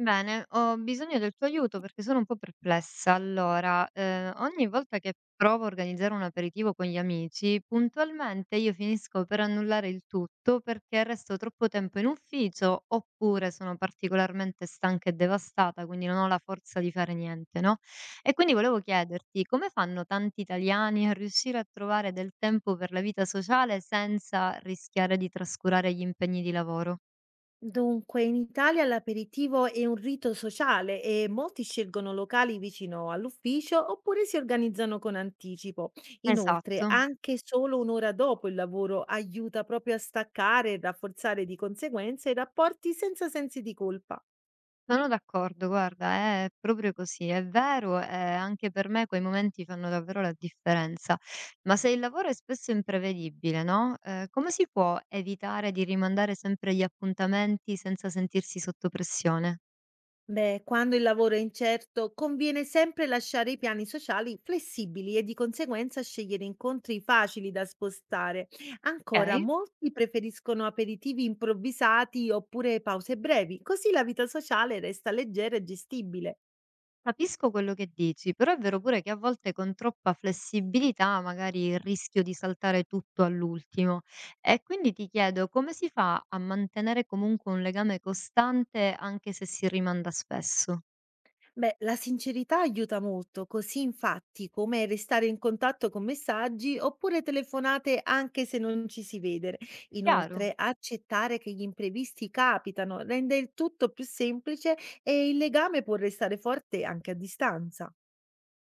Bene, ho bisogno del tuo aiuto perché sono un po' perplessa. Allora, ogni volta che provo a organizzare un aperitivo con gli amici, puntualmente io finisco per annullare il tutto perché resto troppo tempo in ufficio oppure sono particolarmente stanca e devastata, quindi non ho la forza di fare niente, no? E quindi volevo chiederti come fanno tanti italiani a riuscire a trovare del tempo per la vita sociale senza rischiare di trascurare gli impegni di lavoro? Dunque, in Italia l'aperitivo è un rito sociale e molti scelgono locali vicino all'ufficio oppure si organizzano con anticipo. Inoltre, Esatto. anche solo un'ora dopo il lavoro aiuta proprio a staccare e rafforzare di conseguenza i rapporti senza sensi di colpa. Sono d'accordo, guarda, è proprio così, è vero, e anche per me quei momenti fanno davvero la differenza. Ma se il lavoro è spesso imprevedibile, no? Come si può evitare di rimandare sempre gli appuntamenti senza sentirsi sotto pressione? Beh, quando il lavoro è incerto, conviene sempre lasciare i piani sociali flessibili e di conseguenza scegliere incontri facili da spostare. Ancora, Ok? molti preferiscono aperitivi improvvisati oppure pause brevi, così la vita sociale resta leggera e gestibile. Capisco quello che dici, però è vero pure che a volte con troppa flessibilità magari rischio di saltare tutto all'ultimo. E quindi ti chiedo come si fa a mantenere comunque un legame costante anche se si rimanda spesso? Beh, la sincerità aiuta molto, così infatti come restare in contatto con messaggi oppure telefonate anche se non ci si vede. Chiaro, Inoltre, accettare che gli imprevisti capitano rende il tutto più semplice e il legame può restare forte anche a distanza.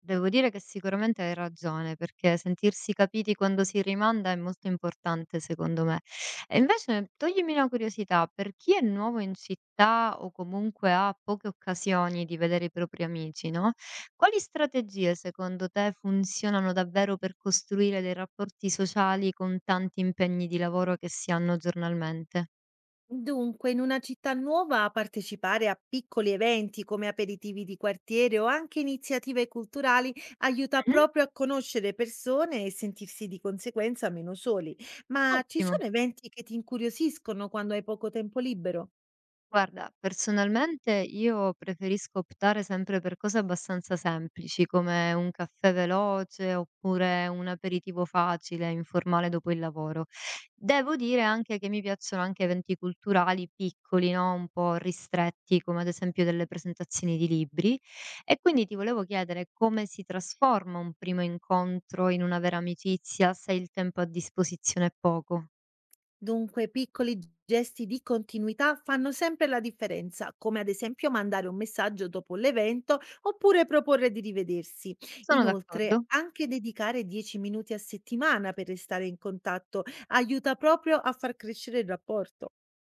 devo dire che sicuramente hai ragione, perché sentirsi capiti quando si rimanda è molto importante secondo me. E invece toglimi una curiosità, per chi è nuovo in città o comunque ha poche occasioni di vedere i propri amici, no? Quali strategie secondo te funzionano davvero per costruire dei rapporti sociali con tanti impegni di lavoro che si hanno giornalmente? Dunque, in una città nuova partecipare a piccoli eventi come aperitivi di quartiere o anche iniziative culturali aiuta Mhm. proprio a conoscere persone e sentirsi di conseguenza meno soli. Ma ci Ottimo. sono eventi che ti incuriosiscono quando hai poco tempo libero? Guarda, personalmente io preferisco optare sempre per cose abbastanza semplici, come un caffè veloce oppure un aperitivo facile, informale dopo il lavoro. Devo dire anche che mi piacciono anche eventi culturali piccoli, no? Un po' ristretti, come ad esempio delle presentazioni di libri. E quindi ti volevo chiedere come si trasforma un primo incontro in una vera amicizia se il tempo a disposizione è poco. Dunque, piccoli gesti di continuità fanno sempre la differenza, come ad esempio mandare un messaggio dopo l'evento oppure proporre di rivedersi. Sono Inoltre, d'accordo? anche dedicare 10 minuti a settimana per restare in contatto aiuta proprio a far crescere il rapporto.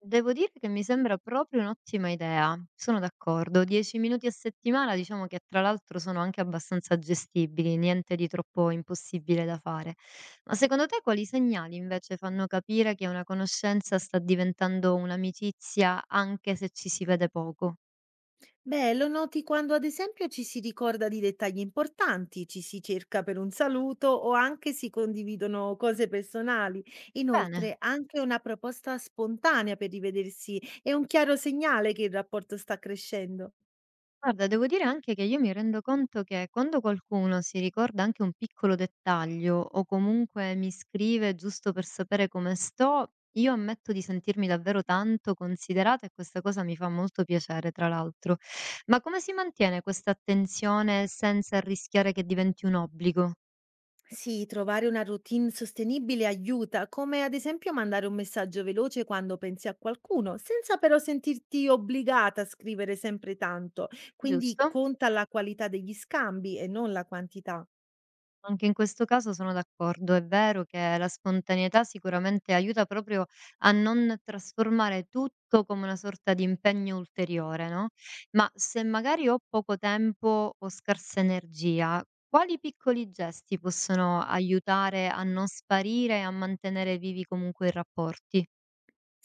Devo dire che mi sembra proprio un'ottima idea, sono d'accordo. 10 minuti a settimana diciamo che tra l'altro sono anche abbastanza gestibili, niente di troppo impossibile da fare. Ma secondo te quali segnali invece fanno capire che una conoscenza sta diventando un'amicizia anche se ci si vede poco? Beh, lo noti quando ad esempio ci si ricorda di dettagli importanti, ci si cerca per un saluto o anche si condividono cose personali. Bene. Inoltre, anche una proposta spontanea per rivedersi è un chiaro segnale che il rapporto sta crescendo. Guarda, devo dire anche che io mi rendo conto che quando qualcuno si ricorda anche un piccolo dettaglio o comunque mi scrive giusto per sapere come sto, io ammetto di sentirmi davvero tanto considerata e questa cosa mi fa molto piacere, tra l'altro. Ma come si mantiene questa attenzione senza rischiare che diventi un obbligo? Sì, trovare una routine sostenibile aiuta, come ad esempio mandare un messaggio veloce quando pensi a qualcuno, senza però sentirti obbligata a scrivere sempre tanto. Quindi Giusto? conta la qualità degli scambi e non la quantità. Anche in questo caso sono d'accordo. È vero che la spontaneità sicuramente aiuta proprio a non trasformare tutto come una sorta di impegno ulteriore, no? Ma se magari ho poco tempo o scarsa energia, quali piccoli gesti possono aiutare a non sparire e a mantenere vivi comunque i rapporti?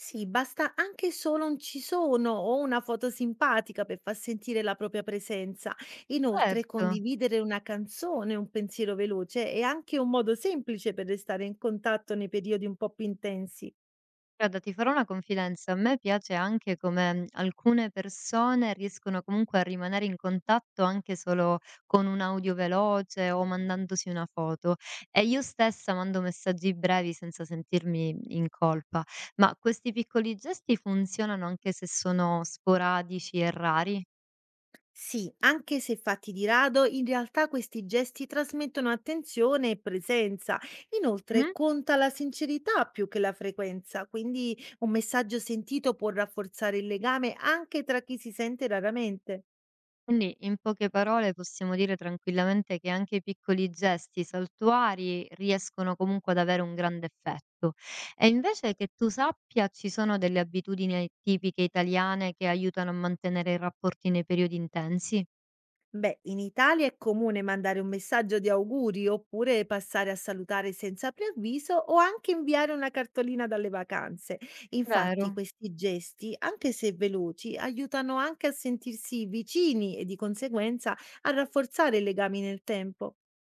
Sì, basta anche solo un "ci sono" o una foto simpatica per far sentire la propria presenza. Inoltre, Certo. condividere una canzone, un pensiero veloce è anche un modo semplice per restare in contatto nei periodi un po' più intensi. Guarda, ti farò una confidenza. A me piace anche come alcune persone riescono comunque a rimanere in contatto anche solo con un audio veloce o mandandosi una foto. E io stessa mando messaggi brevi senza sentirmi in colpa. Ma questi piccoli gesti funzionano anche se sono sporadici e rari? Sì, anche se fatti di rado, in realtà questi gesti trasmettono attenzione e presenza. Inoltre, conta la sincerità più che la frequenza, quindi un messaggio sentito può rafforzare il legame anche tra chi si sente raramente. Quindi, in poche parole, possiamo dire tranquillamente che anche i piccoli gesti saltuari riescono comunque ad avere un grande effetto. E invece che tu sappia, ci sono delle abitudini tipiche italiane che aiutano a mantenere i rapporti nei periodi intensi? Beh, in Italia è comune mandare un messaggio di auguri oppure passare a salutare senza preavviso o anche inviare una cartolina dalle vacanze. Infatti, Vero. questi gesti, anche se veloci, aiutano anche a sentirsi vicini e di conseguenza a rafforzare i legami nel tempo.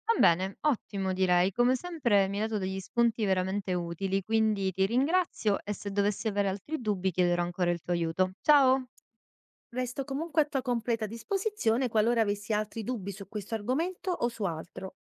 Va bene, ottimo direi. Come sempre mi hai dato degli spunti veramente utili, quindi ti ringrazio e se dovessi avere altri dubbi chiederò ancora il tuo aiuto. Ciao! Resto comunque a tua completa disposizione qualora avessi altri dubbi su questo argomento o su altro.